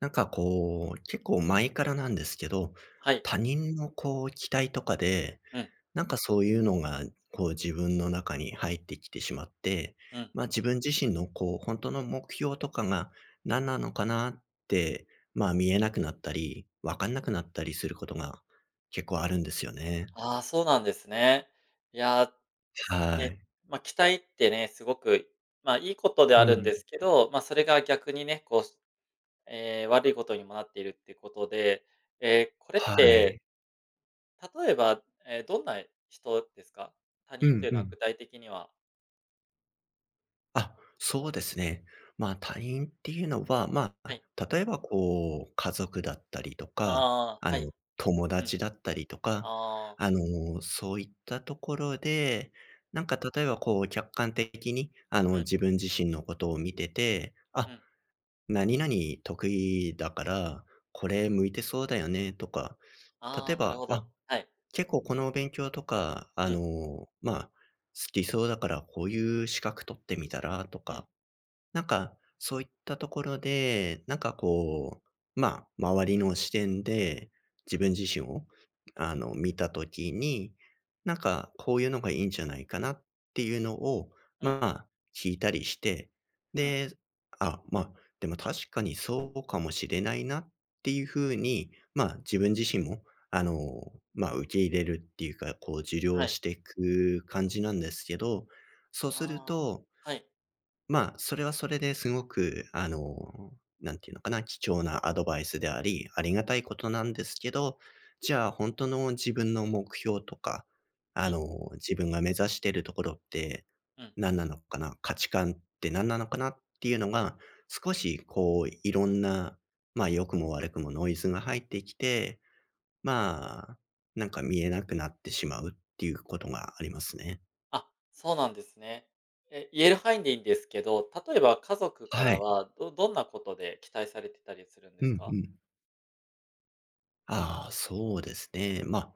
なんかこう、結構前からなんですけど、はい。他人のこう期待とかで、うん、なんかそういうのがこう自分の中に入ってきてしまって、うん。まあ自分自身のこう、本当の目標とかが何なのかなって、まあ見えなくなったり、わかんなくなったりすることが結構あるんですよね。ああ、そうなんですね。いや、すはね、い。期待ってね、すごく、まあ、いいことでうあるんん。ですけど、ま、それが逆にね、こう、ええ、悪いことにもなっているっていうことで、ええ、これっはい。て、例えば、ええ、どんな人ですか？他う人とんいううのはん。具体的には。あ、そうですね。まあ、他人っていうのは、まはあ、い。例えばこう、家族だったりとか、あああ、はい。の、友うん。達だったりとか、ああ、あの、そういったところで、なんか例えばこう、客観的に、あうの、ん、自分自身のことを見てて、うあ、ん。何々得意だから、これ向いてそうだよねとか、例あえあ、なるば、ほど。あ、はい。結構この勉強とか、あうん、の、まあ、好きそうだからこういう資格取ってみたらとうん、か、なんか、そういったところで、なんかこう、まあ、周りの視点で自分自身を、あの、見たときに、なんか、こういうのがいいんじゃないかなっていうのを、うん、まあ、聞いたりして、うん。で、あ、まあ、でも確かにそうかもしれないなっていうふうに、まあ、自分自身も、あの、まあ、受け入れるっていうか、こう、受は領い。していく感じなんですけど、そうするあと、あ、はい。まあ、それはそれですごく、あの、なんていうのかな、貴重なアドバイスであり、ありがたいことなんですけど、じゃあ本当の自分の目標とか、あうん、の、自分が目指しているところってうん。何なのかな、価値観って何なのかなっていうのが、少しこういろんな、まあ、良くも悪くもノイズが入ってきて、まあ、なんか見えなくなってしまうっていうことがありますね。あ、そうなんですね。え、言える範囲でいいんですけど、例えば家族かはらい。は、どんなことで期待されてたりするんでうすんうか？ん。ああ、そうですね。ま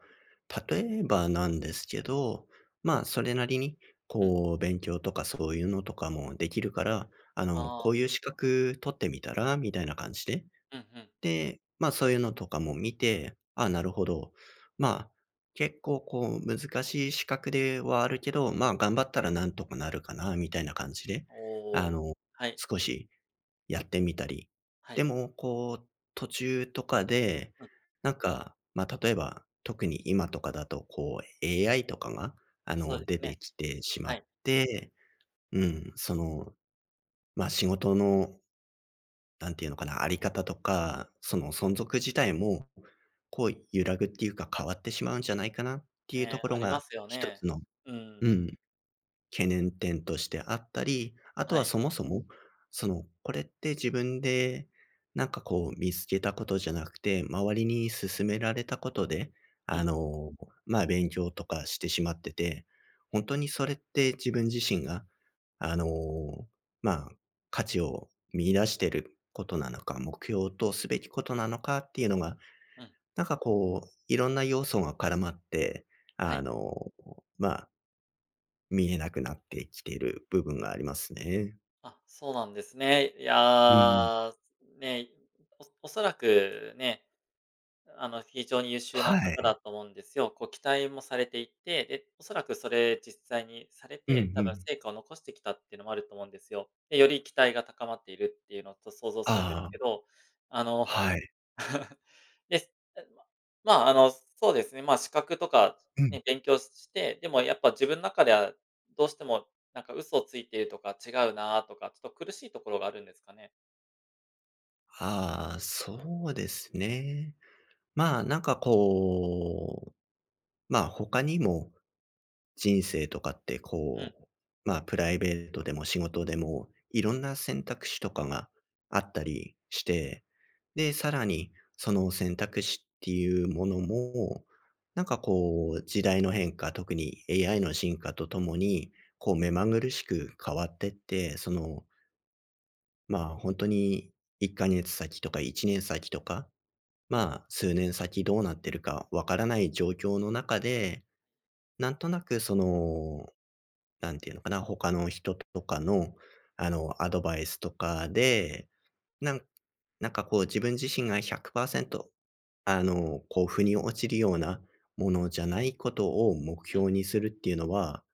あ、例えばなんですけど、まあ、それなりに、うん。こう、勉強とかそういうのとかもできるから、あの、こああ、ういう資格取ってみたらみたいな感じで。うんうん。で、まあ、そういうのとかも見て、ああ、なるほど。まあ、結構こう、難しい資格ではあるけど、まあ、頑張ったらなんとかなるかなみたいな感じで、おあお、の、はい、少しやってみたり。はでい。も、こう、途中とかで、うん、なんか、ま、あ例えば、特に今とかだと、こう、AI とかが、あそうの、で出すね。てきてしまはっい。て、うん、その、ま、あ仕事の、なんていうのかな、あり方とか、その存続自体も、こう、揺らぐっていうか、変わってしまうんじゃないかなっていうとね、こあろりまが、すよ一ね。つのううん、ん。懸念点としてあったり、あとははい。そもそも、その、これって自分で、なんかこう見つけたことじゃなくて、周りに勧められたことで、うあん、の、まあ、勉強とかしてしまってて、本当にそれって自分自身が、あの、まあ、価値を見出してることなのか、目標とすべきことなのかっていうのが、うん、なんかこう、いろんな要素が絡まって、はあい。の、まあ見えなくなってきてる部分がありますね。あ、そうなんですね。いうん。や、ね、おそらくね、あの、非常に優秀なは方だい。と思うんですよ。こう、期待もされていて、で、おそらくそれ実際にされうんうて、多分ん。成果を残してきたっていうのもあると思うんですよ。で、より期待が高まっているっていうのと想像するんですああ、けど、あの、はい。でままあ、あの、そうですね、まあ、資格とかうん。ね、勉強して、でもやっぱ自分の中ではどうしてもなんか嘘をついているとか違うなとか、ちょっと苦しいところがあるんですかね？ああ、そうですね。まあ、なんかこう、まあ、他にも人生とかってうん、こう、まあ、プライベートでも仕事でも、いろんな選択肢とかがあったりして、で、さらにその選択肢っていうものも、なんかこう、時代の変化、特に AI の進化とともに、こう目まぐるしく変わってって、その、まあ、本当に1か月先とか1年先とか、うん、まあ、数年先どうなってるかわからない状況の中で、なんとなくそのなんていうのかな、他の人とかの、あの、アドバイスとかで、なんなんかこう自分自身が100%あの、こう、腑に落ちるようなものじゃないことを目うん。標にするっていうのは、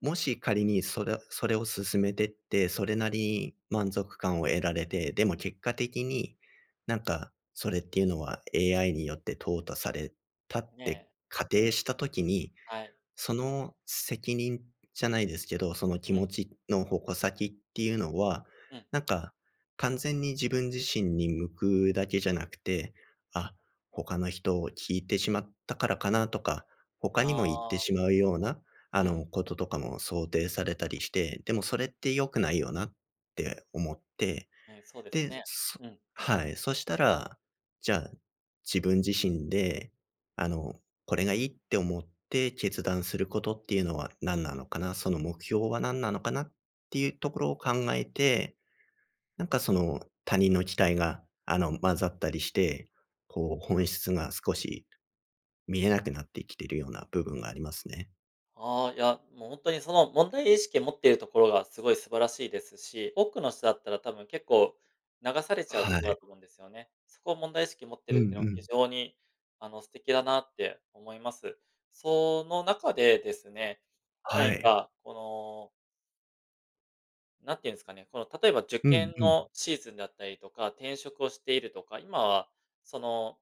もし仮にそれを進めてって、それなりに満足感を得られて、でも結果的に、なんか、それっていうのは AI によって淘汰されたっねてえ、仮定した時に、はい。その責任じゃないですけど、そのう気ん、持ちの矛先っていうのは、うん。なんか、完全に自分自身に向くだけじゃなくて、あ、他の人を聞いてしまったからかなとか、他にも言っあてあ、しまうような、あうん。の、こととかも想定されたりして、でもそれって良くないよなって思って、ね、そうですで、ね。うん。はい、そしたら、じゃあ、自分自身で、あの、これがいいって思って決断することっていうのは何なのかな、その目標は何なのかなっていうところを考えて、なんかその他人の期待が、あの、混ざったりして、こう本質が少し見えなくなってきてるような部分がありますね。ああ、いや、もう本当にその問題意識持っているところがすごい素晴らしいですし、多くの人だったら多分結構流されちゃうとはころだい。と思うんですよね。そこを問題意識持ってうるっんていうのはう非ん。常に、あの、素敵だなって思います。その中でですね、は何い。かこの、何て言うんですかね、この例えば受うん験うん。のシーズンだったりとか、転職をしているとか、今はその、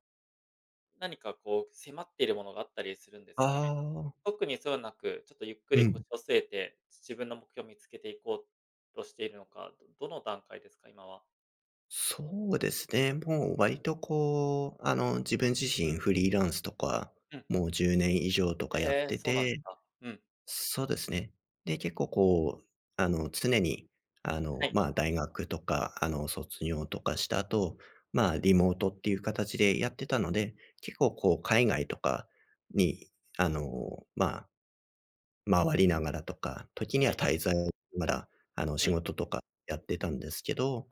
何かこう迫っているものがあったりするんですあかね？あ。特にそうなく、ちょっとゆっくうり腰んを据えて、自分の目標を見つけていこうとしているのか、どの段階ですか？今は。そうですね。もう割とこう、あの、自分自身フリーランスとか、うん。もう10年以上とかやっへえ、てそうなんですて、か。うん。そうですね。で、結構こう、あの、常に、あはの、い、まあ、大学とか、あの、卒業とかした後、まあ、リモートっていう形でやってたので、結構こう、海外とかに、あの、まあ、回りながらとか、時にははい。滞在しながら、あの、う仕ん、事とかやってたんですけど、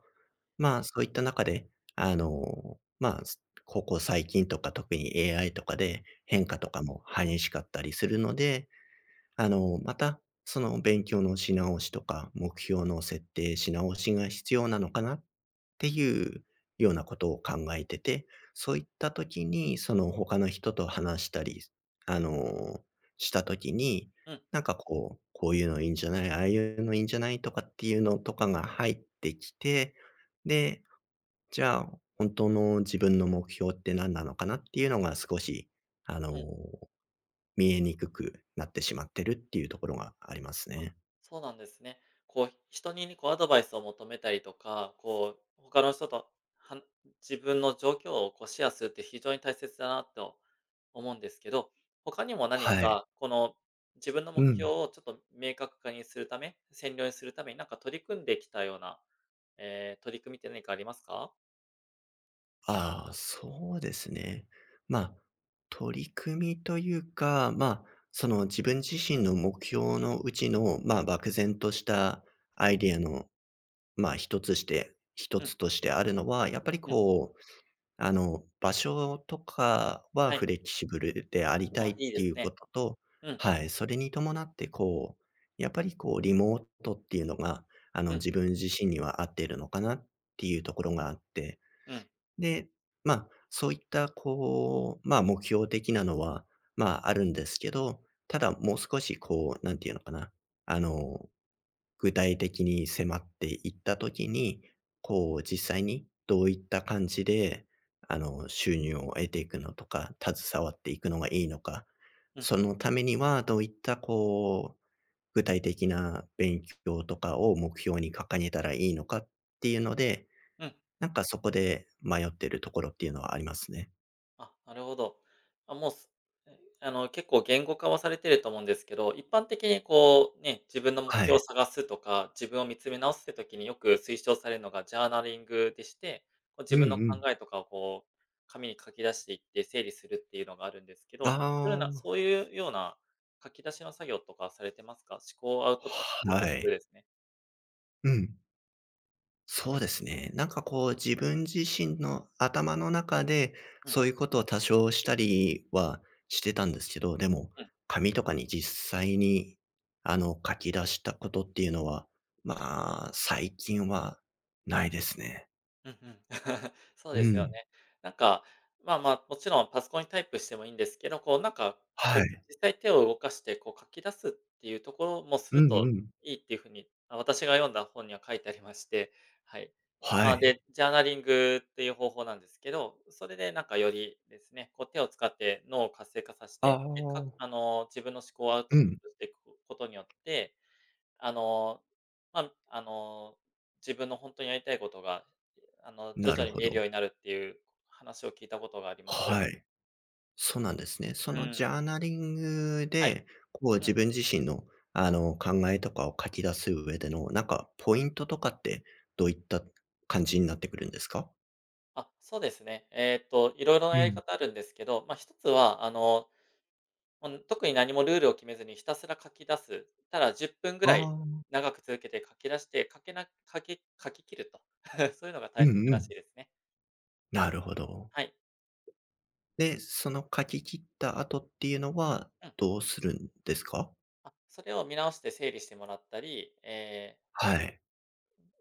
まあ、そういった中で、あの、まあ、ここ最近とか特に AI とかでうん、変化とかも激しかったりするので、あの、また、その勉強のし直しとか、目標の設定し直しが必要なのかなっていうようなことを考えてて、そういった時に、その他の人と話したり、あの、した時に、うん、うん。なんかこう、こういうのいいんじゃない、ああいうのいいんじゃないとかっていうのとかが入ってきて、で、じゃあ、本当の自分の目標って何なのかなっていうのが少し、あの、見えにくくなってしまってるっていうところがありますあ、ね。そうなんですね。こう、人にね、こうアドバイスを求めたりとか、こう、他の人とは自分の状況をこうシェアするって非常に大切だなと思うんですけど、他にも何はい。かこの自分のう目ん。標をちょっと明確化にするため、占領にするためになんか取り組んできたような、えー取り組みって何かありますか？ああ、そうですね。まあ、取り組みというか、まあ、その自分自身の目標のうちの、まあ、漠然としたアイデアの、まあ、一つして、一うん、つとしてあるのは、やっぱりうん、こう、あの、場所とかははフい。レキシブルでありたいあ、っいいでていすうこね。とと、うん、はい、それに伴ってこう、やっぱりこうリモートっていうのが、あの、うん、自分自身には合ってるのかなっていうところがあって、うん、で、まあ、そういったこう、まあ、目標的なのは、まあ、あるんですけど、ただもう少しこう、なんていうのかな、あの具体的に迫っていったときに、こう実際にどういった感じで、あの、収入を得ていくのとか、携わっていくのがいいのか、うん、そのためにはどういったこう、具体的な勉強とかを目標に掲げたらいいのかっていうので、うん。なんかそこで迷ってるところっていうのはありますね。あ、なるほど。あ、もう、え、あの、結構言語化はされてると思うんですけど、一般的にこう、ね、自分の目は標をい。探すとか、自分を見つめ直すって時によく推奨されるのがジャーナリングでして、こう自うんう分の考ん。えとかをこう、紙に書き出していって整理するっていうのがあるんですけど、あそういうような書き出しの作業とかされてますか？思考をアウトプあ、ットはするい。ですね。うん。そうですね。なんかこう自分自身の頭の中で、うん、うん。そういうことを多少したりはしてたんですけど、でも、紙とかに実際に、あの、書き出したことっていうのは、まあ、最近はないですね。うんうん。そうでうすよん。ね。なんか、まあ、もちろんパソコンにタイプしてもいいんですけど、こうなんか、はこうい。実際手を動かして、こう書き出すっていうところもすうるんとうん。いいっていう風に、まあ、私が読んだ本には書いてありまして、はい。はまあ、い。で、ジャーナリングっていう方法なんですけど、それでなんかよりですね、こう手を使って脳を活性化させあて、で、かあ。あの、自分の思考をアウトうプッん。トしていくことによって、あの、まあ、あの、自分の本当にやりたいことが、あの、徐なる々にほ見えるようど。になるっていう話を聞いたことがあります。はい。そうなんですね。そうのジん。ャーナリングはい。で、こうう自ん。分自身の、あの、考えとかを書き出す上での、なんかポイントとかって、どういった感じになってくるんですか？あ、そうですね。えっと、いろいろなうやりん。方あるんですけど、まあ、一つは、あの、もう特に何もルールを決めずにひたすら書き出す。ただ10分ぐあらいあ、長く続けて書き出して、書けな書き切ると。そういうのがう大ん切うらしいん。ですね。なるほど。はい。で、その書き切った後っていうのは、うん。どうするんですか？あ、それを見直して整理してもらったり、え、はい。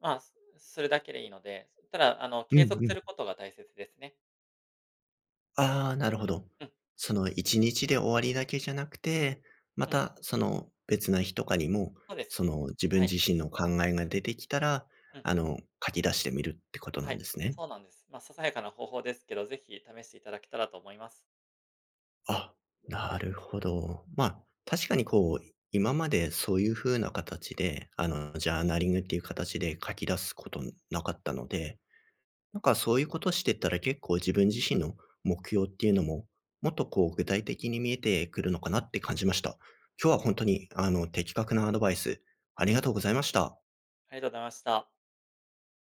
まあ、すするだけでいいので、ただ、あの、うん継続うすん。ることが大切ですね。ああ、なるほど。うん、その1日で終わりだけじゃなくて、まうん、たその別な日とかにも、そうですそね。の自分はい、自身の考えが出てきたら、うん、あの、書き出してみるってことはなんい、ですね。そうなんです。まあ、ささやかな方法ですけど、ぜひ試していただけたらと思います。あ、なるほど。まあ、確かにこう、今までそういう風な形で、あの、ジャーナリングっていう形で書き出すことなかったので、なんかそういうことしてったら結構自分自身の目標っていうのも、もっとこう具体的に見えてくるのかなって感じました。今日は本当にあの的確なアドバイス、ありがとうございました。ありがとうございました。